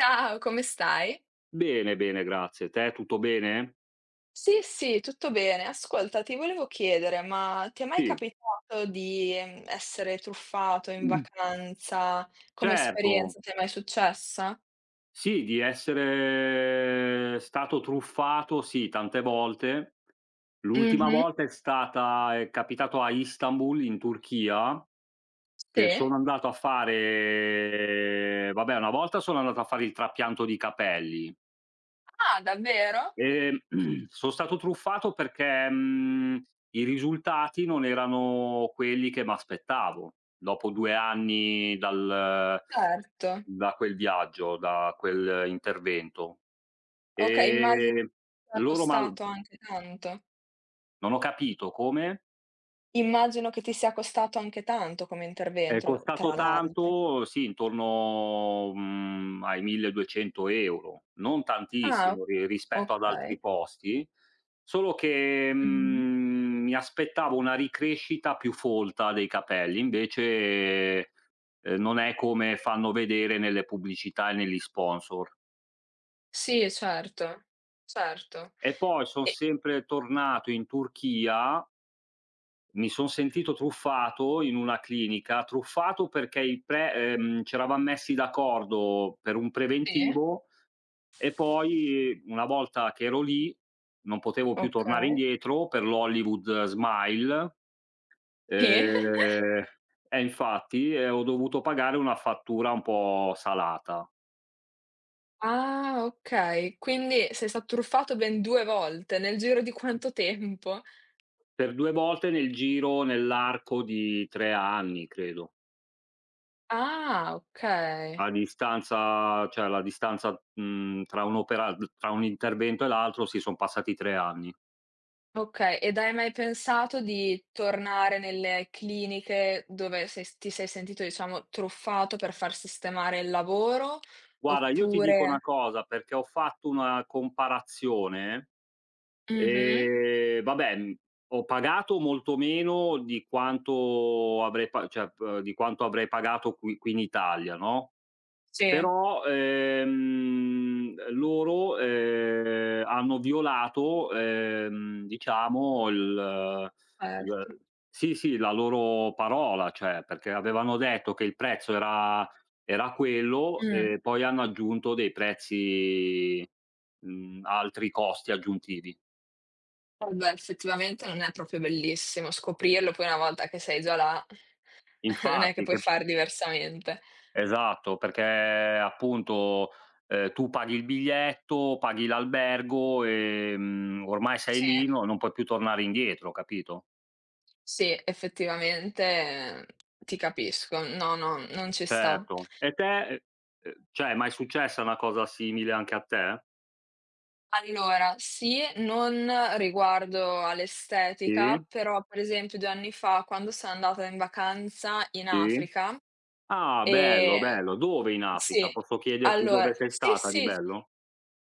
Ciao, come stai? Bene, bene, grazie. Te tutto bene? Sì, sì, tutto bene. Ascolta, ti volevo chiedere, ma ti è mai Sì. capitato di essere truffato in Mm. vacanza? Come Certo. esperienza ti è mai successa? Sì, di essere stato truffato, sì, tante volte. L'ultima Mh-mh. volta è capitato a Istanbul, in Turchia. Che Sì. sono andato a fare vabbè, Una volta sono andato a fare il trapianto di capelli. Ah, davvero? Ehm, Son stato truffato perché, i risultati non erano quelli che m'aspettavo. Dopo 2 anni dal Certo. da quel viaggio, da quel intervento. Okay, immagino che Ehm, ti sia Loro, ma costato anche tanto. non ho capito come, Immagino che ti sia costato anche tanto come è intervento, costato tra l'altro. tanto, sì, intorno, ai 1.200 €, non Ah, tantissimo ri o rispetto ad altri okay. posti. Solo che, Mh-mh. Mi aspettavo una ricrescita più folta dei capelli. Invece, non è come fanno vedere nelle pubblicità e negli sponsor. Sì, certo, certo. E poi son E sempre tornato in Turchia, mi son sentito truffato in una clinica, truffato perché i pre c'eravam messi d'accordo per un sì? preventivo, e poi una volta che ero lì non potevo più tornare Okay. indietro per l'Hollywood Smile. Sì? Ehm eh infatti, e ho dovuto pagare una fattura un po' salata. Ah, okay. Quindi sei stato truffato ben 2 volte, nel giro di quanto tempo? Per 2 volte nell'arco di 3 anni, credo. Ah, okay. A distanza cioè la distanza, tra un'opera tra un intervento e l'altro, sì, son passati 3 anni. Okay, ed hai mai pensato di tornare nelle cliniche dove sei s ti sei sentito, diciamo, truffato per far sistemare il lavoro? Guarda, io ti dico Oppure una cosa, perché ho fatto una comparazione. mh-mh, Vabbè, ho pagato molto meno di quanto avrei pa cioè, p di quanto avrei pagato qui in Italia, no. sì, Però, loro, hanno violato, diciamo certo. il sì, sì, la loro parola, cioè perché avevano detto che il prezzo era quello, Mh. e poi hanno aggiunto altri costi aggiuntivi. Eh beh, effettivamente non è proprio bellissimo scoprirlo, poi una volta che sei già là, non è che Infatti puoi che far diversamente. Esatto. Perché appunto, tu paghi il biglietto, paghi l'albergo, ormai sei Sì, lì. No, non puoi più tornare indietro, capito? sì, effettivamente ti capisco. No, no, non ci sta. Certo. E te, cioè, mai successa una cosa simile anche a te? Allora, sì, non riguardo all'estetica, Sì, però per esempio 2 anni fa quando sono andata in vacanza in sì. Africa, Ah, bello, ehm bello. Dove in Africa? sì, Posso chiederti allora dove sei sì, stata di sì, bello?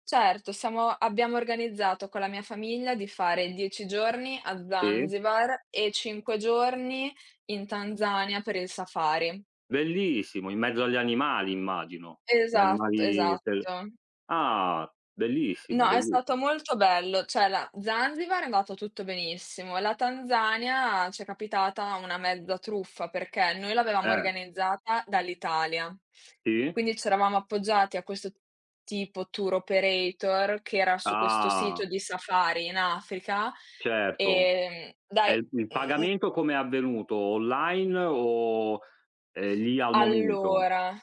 certo, siamo abbiamo organizzato con la mia famiglia di fare 10 giorni a Sì. Zanzibar e 5 giorni in Tanzania per il safari. Bellissimo, in mezzo agli animali immagino. Gli Esatto, animali esatto. sel Ah, bellissimo, No, è stato bellissi molto bello, cioè la Zanzibar è andato tutto benissimo, la Tanzania c'è capitata una mezza truffa, perché noi l'avevamo eh, organizzata dall'Italia, sì? quindi c'eravamo appoggiati a questo tipo tour operator che era su questo Ah. sito di safari in Africa, Certo. E dai, il mhmm pagamento come è avvenuto? Online o, lì al momento? Allora,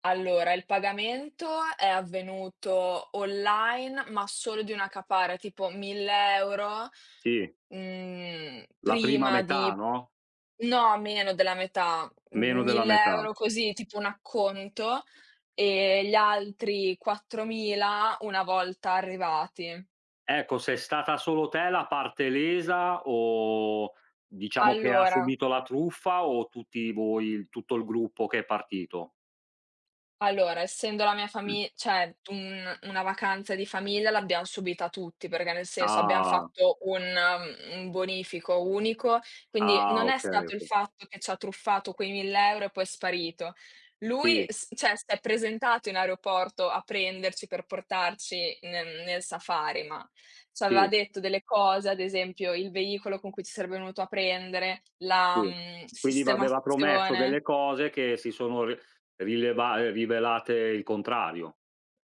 allora, il pagamento è avvenuto online, ma solo di una capara, tipo 1.000 Sì, €, mhmm, la prima prima di metà, no, no, meno della metà, meno della metà. 1.000 € così, tipo un acconto, e gli altri 4.000 una volta arrivati. Ecco, sei stata solo te la parte lesa, o diciamo che ha Allora subito la truffa, o tutti voi, tutto il gruppo che è partito? Allora, essendo la mia fami cioè un una vacanza di famiglia l'abbiam subita tutti, perché nel senso abbiam Ah, fatto un bonifico unico, quindi ah, non è okay, stato il okay. fatto che c'ha truffato quei 1000 € e poi è sparito. Lui Sì, s cioè s'è presentato in aeroporto a prenderci per portarci nel safari, ma c'aveva sì, detto delle cose, ad esempio il veicolo con cui ci sarebbe venuto a prendere, la, sì. Quindi v'aveva promesso sistemazione. delle cose che si sono ri rileva rivelate il contrario.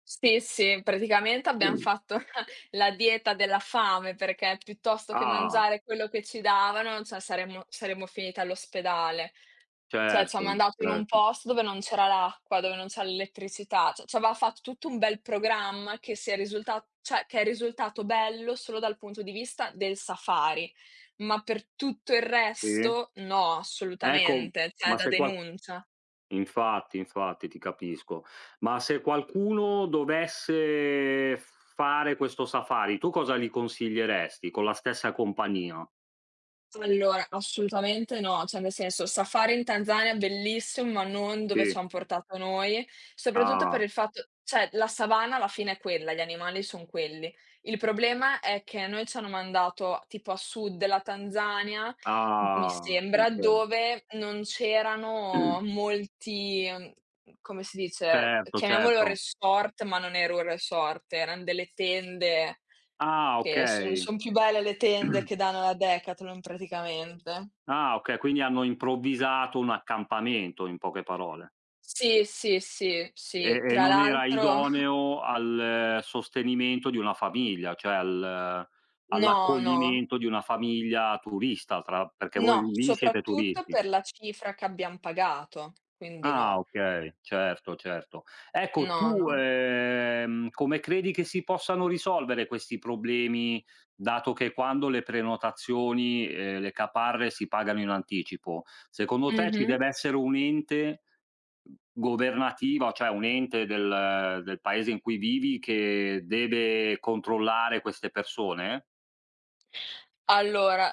Sì, sì, praticamente abbiam fatto la dieta della fame, perché piuttosto che Ah, mangiare quello che ci davano, cioè saremmo finite all'ospedale. Cioè ci han certo, mandato in un certo. posto dove non c'era l'acqua, dove non c'era l'elettricità, cioè ci avevan fatto tutto un bel programma che è risultato bello solo dal punto di vista del safari, ma per tutto il Sì. resto no, Ecco, assolutamente, cioè ma da se qual denuncia. Infatti, infatti, ti capisco. Ma se qualcuno dovesse fare questo safari, tu cosa gli consiglieresti? Con la stessa compagnia? Allora, assolutamente no, cioè nel senso, safari in Tanzania bellissimo, ma non dove Sì. ci han portato noi, soprattutto per Ah, il fatto cioè la savana alla fine è quella, gli animali son quelli. Il problema è che a noi ci hanno mandato tipo a sud della Tanzania, m mi ah, sembra, okay. dove non c'erano molti, come si dice, Certo, chiamiamolo certo. resort, ma non era un resort, eran delle tende Ah, che son okay. son più belle le tende che danno alla Decathlon praticamente. Ah, okay, quindi hanno improvvisato un accampamento, in poche parole. Sì, sì, sì, E sì. e Tra non era l'altro idoneo al sostenimento di una famiglia, cioè al eh, no, no, all'accoglimento di una famiglia turista, tra perché voi no, lì siete soprattutto turisti. per la cifra che abbiam pagato, quindi Ah, no. okay, certo, certo. Ecco, No, tu, no. Come credi che si possano risolvere questi problemi, dato che quando le prenotazioni, le caparre si pagano in anticipo, secondo te ci Mh-mh. deve essere un ente governativo, cioè un ente del paese in cui vivi, che deve controllare queste persone? Allora,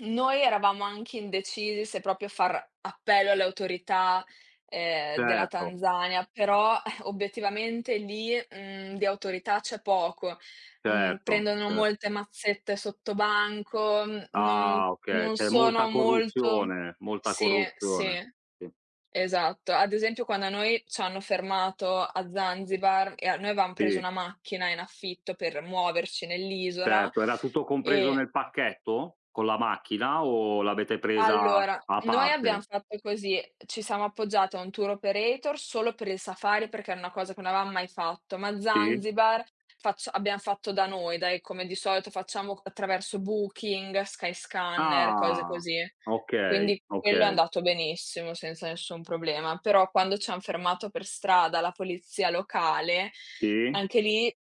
noi eravamo anche indecisi se proprio far appello alle autorità, della Certo, Tanzania, però, obiettivamente lì, di autorità c'è poco. Certo, Prendono cer molte mazzette sottobanco, non ah, okay, non c'è sono molta molto corruzione, molta sì, sì. corruzione. Sì. Esatto. Ad esempio quando a noi c'hanno fermato a Zanzibar e a noi avevam preso Sì, una macchina in affitto per muoverci nell'isola certo. Era tutto compreso e nel pacchetto con la macchina, o l'avete presa allora, a noi abbiam parte? fatto così: ci siamo appoggiate a un tour operator solo per il safari, perché era una cosa che non avevam mai fatto, ma Sì? Zanzibar faccia abbiam fatto da noi, dai, come di solito facciamo attraverso Booking, Skyscanner, cose Ah, così. okay, Quindi quello è okay. andato benissimo, senza nessun problema. Però quando ci han fermato per strada la polizia locale, Sì? anche lì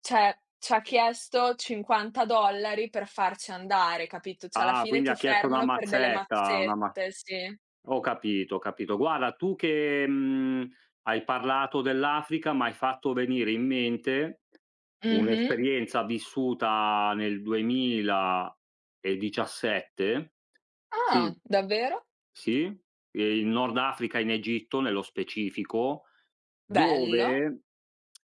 cioè, c'ha chiesto 50 dollari per farci andare, capito, cioè alla Ah, fine quindi ti ha chiesto una fermano per delle mazzetta, una ma mazzette, sì. ho capito, ho capito. Guarda, tu che, hai parlato dell'Africa, m'hai fatto venire in mente Mh-mh. un'esperienza vissuta nel 2017. Ah, Sì. davvero? Sì, in Nord Africa, in Egitto nello specifico, Bello. dove,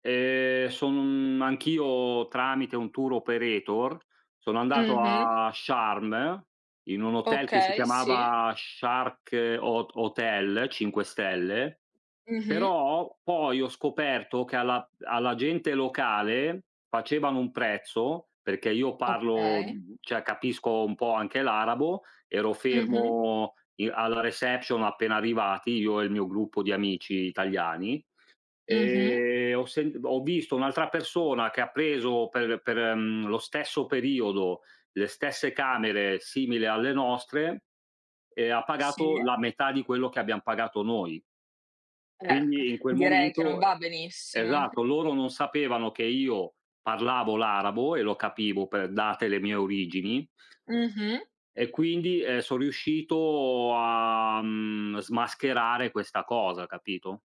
son anch'io tramite un tour operator, sono andato Mh-mh. a Sharm, in un hotel che si Okay, sì. chiamava Shark Hot Hotel, 5 stelle. Mh-mh. Però poi ho scoperto che alla gente locale facevano un prezzo, perché Okay. Cioè capisco un po' anche l'arabo. Ero Mh-mh. fermo i alla reception appena arrivati, io e il mio gruppo di amici italiani, Mh-mh. e ho visto un'altra persona che ha preso lo stesso periodo, le stesse camere simile alle nostre, e ha Sì. pagato la metà di quello che abbiam pagato noi. Eh, Quindi in quel direi che non momento, va benissimo. esatto, loro non sapevano che io parlavo l'arabo e lo capivo, per date le mie origini, Mh-mh. e quindi, son riuscito a, smascherare questa cosa, capito?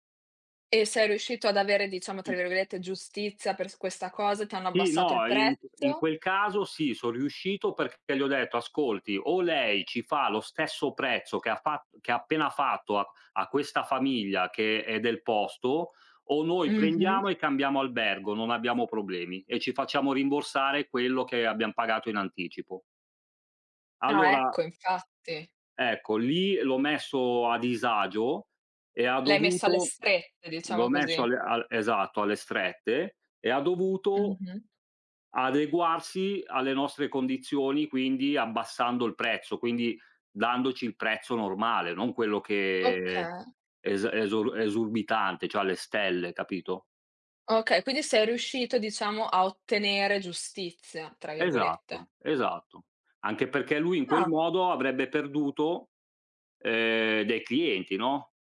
E sei riuscito ad avere, diciamo, tra virgolette, "giustizia" per s questa cosa? Ti hanno Sì, abbassato il no, in prezzo? quel caso sì, son riuscito perché gli ho detto: "Ascolti, o lei ci fa lo stesso prezzo che ha appena fatto a questa famiglia che è del posto, o noi Mh-mh. prendiamo e cambiamo albergo, non abbiamo problemi, e ci facciamo rimborsare quello che abbiam pagato in anticipo". Ah, Allora, ecco, infatti. ecco, lì l'ho messo a disagio e ha L'hai messo alle dovuto strette, diciamo l'ho messo così. alle al esatto, alle strette, e ha dovuto Mh-mh. adeguarsi alle nostre condizioni, quindi abbassando il prezzo, quindi dandoci il prezzo normale, non quello che Okay, è es esor esorbitante, cioè alle stelle, capito? okay, quindi sei riuscito diciamo a ottenere "giustizia" tra virgolette. Esatto, esatto. Anche perché lui in quel Ah, modo avrebbe perduto, dei clienti, no,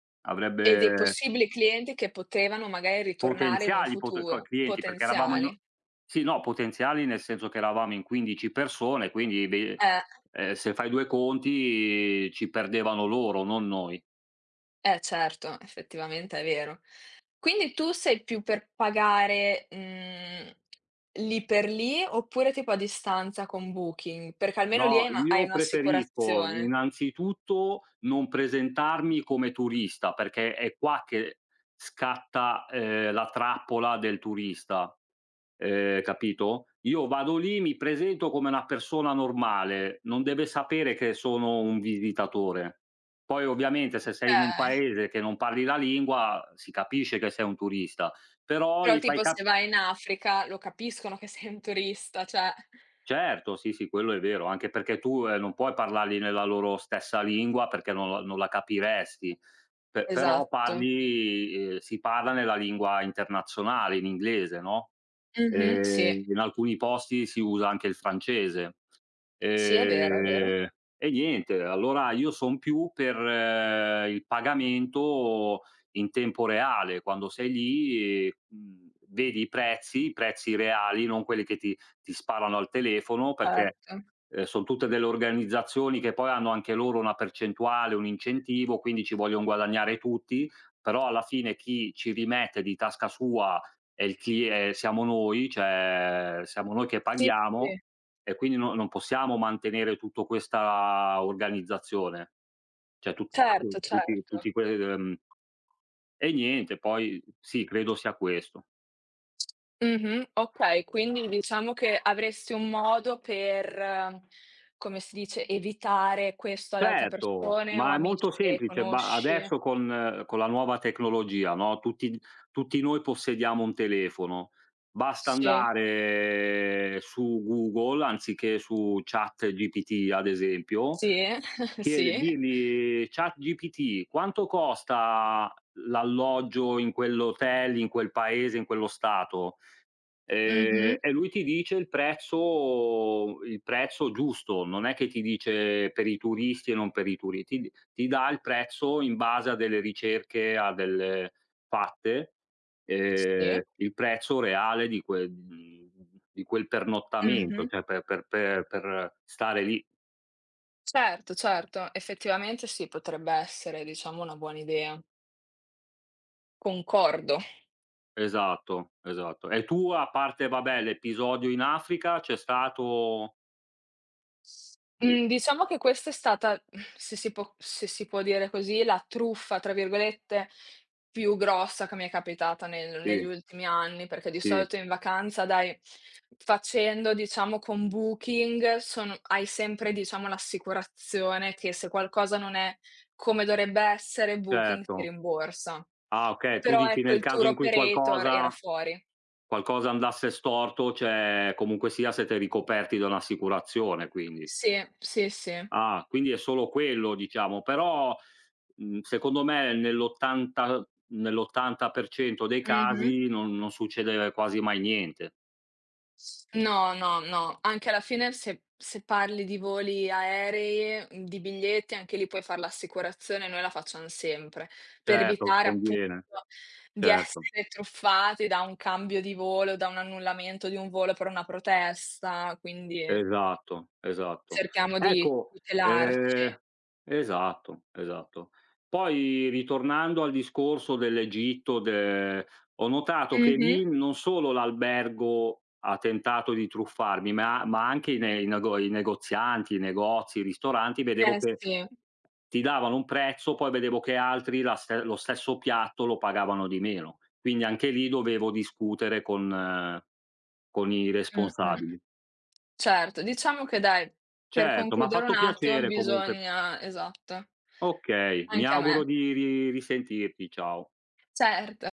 e dei avrebbe possibili clienti che potevano magari ritornare in un Potenziali pot co futuro, clienti, perché eravamo in potenziali. sì, no, potenziali nel senso che eravamo in 15 persone, quindi ve Eh, se fai 2 conti ci perdevano loro, non noi. eh certo, effettivamente è vero. Quindi tu sei più per pagare, lì per lì oppure tipo a distanza con Booking? Perché almeno lì No, hai io preferisco un'assicurazione. innanzitutto non presentarmi come turista, perché è qua che scatta, la trappola del turista, capito? Io vado lì, mi presento come una persona normale, non deve sapere che sono un visitatore. Poi ovviamente se sei in un Okay. paese che non parli la lingua si capisce che sei un turista, però Però gli fai tipo se cap vai in Africa lo capiscono che sei un turista, cioè certo, sì, sì, quello è vero, anche perché tu, non puoi parlargli nella loro stessa lingua, perché non la capiresti. Pe però esatto. parli Si parla nella lingua internazionale, in inglese, no, Mh-mh, sì. In alcuni posti si usa anche il francese. Sì, è vero, è vero. Ehm, e niente, allora io son più per, il pagamento in tempo reale, quando sei lì e, vedi i prezzi reali, non quelli che ti sparano al telefono, perché, Certo. Son tutte delle organizzazioni che poi hanno anche loro una percentuale, un incentivo, quindi ci voglion guadagnare tutti, però alla fine chi ci rimette di tasca sua è il clie siamo noi, cioè siamo noi che Sì, sì. paghiamo, e quindi non possiamo mantenere tutto questa organizzazione, cioè tu tu Certo, tutti certo. tutti que ehm, e niente, poi sì, credo sia questo. Mh-mh, okay, quindi diciamo che avresti un modo per, come si dice, evitare questo ad altre Certo, persone o ma è amici molto che semplice, ba conosci. adesso con, con la nuova tecnologia, no, tutti noi possediamo un telefono. Basta Sì, andare su Google, anziché su ChatGPT, ad esempio sì, chiede sì. digli: "ChatGPT, quanto costa l'alloggio in quell'hotel, in quel paese, in quello stato?". Mh-mh, E lui ti dice il prezzo giusto, non è che ti dice per i turisti e non per i turi ti d ti dà il prezzo in base a delle ricerche, a delle fatte, sì. Il prezzo reale di di quel pernottamento, Mh-mh. cioè per stare lì. Certo, certo, effettivamente sì, potrebbe essere, diciamo, una buona idea. Concordo. Esatto, esatto. E tu a parte, vabbè, l'episodio in Africa c'è stato, u Mhmm, diciamo che questa è stata, se si può dire così, la "truffa", tra virgolette, più grossa che mi è capitata nel negli sì, ultimi anni, perché di sì, solito in vacanza, dai, facendo, diciamo, con Booking, sono hai sempre, diciamo, l'assicurazione che se qualcosa non è come dovrebbe essere, Booking ti certo. rimborsa. Ah, okay, tu Però, dici ecco, nel il tour caso in cui operator era qualcosa fuori. qualcosa andasse storto, cioè comunque sia siete ricoperti da un'assicurazione, quindi. Sì, sì, sì. Ah, quindi è solo quello, diciamo, però, secondo me nell'80% dei Mh-mh. casi non succede quasi mai niente. No, no, no. Anche alla fine se parli di voli aerei, di biglietti, anche lì puoi far l'assicurazione, noi la facciam sempre, per Certo, evitare appunto conviene, di certo. essere truffati da un cambio di volo, da un annullamento di un volo per una protesta, quindi Esatto, esatto. cerchiamo di Ecco, tutelarci. ehm esatto, esatto. Poi ritornando al discorso dell'Egitto, de ho notato che Mh-mh. lì non solo l'albergo ha tentato di truffarmi, ma anche i negozianti, i negozi, i ristoranti. Vedevo Eh che sì. ti davano un prezzo, poi vedevo che altri la ste lo stesso piatto lo pagavano di meno. Quindi anche lì dovevo discutere con i Mh-mh. responsabili. Certo, diciamo che dai, per Certo, m'ha concludere un fatto attimo piacere comunque. bisogna esatto. Okay, mi Anche a auguro me. di ri risentirti, ciao. Certo,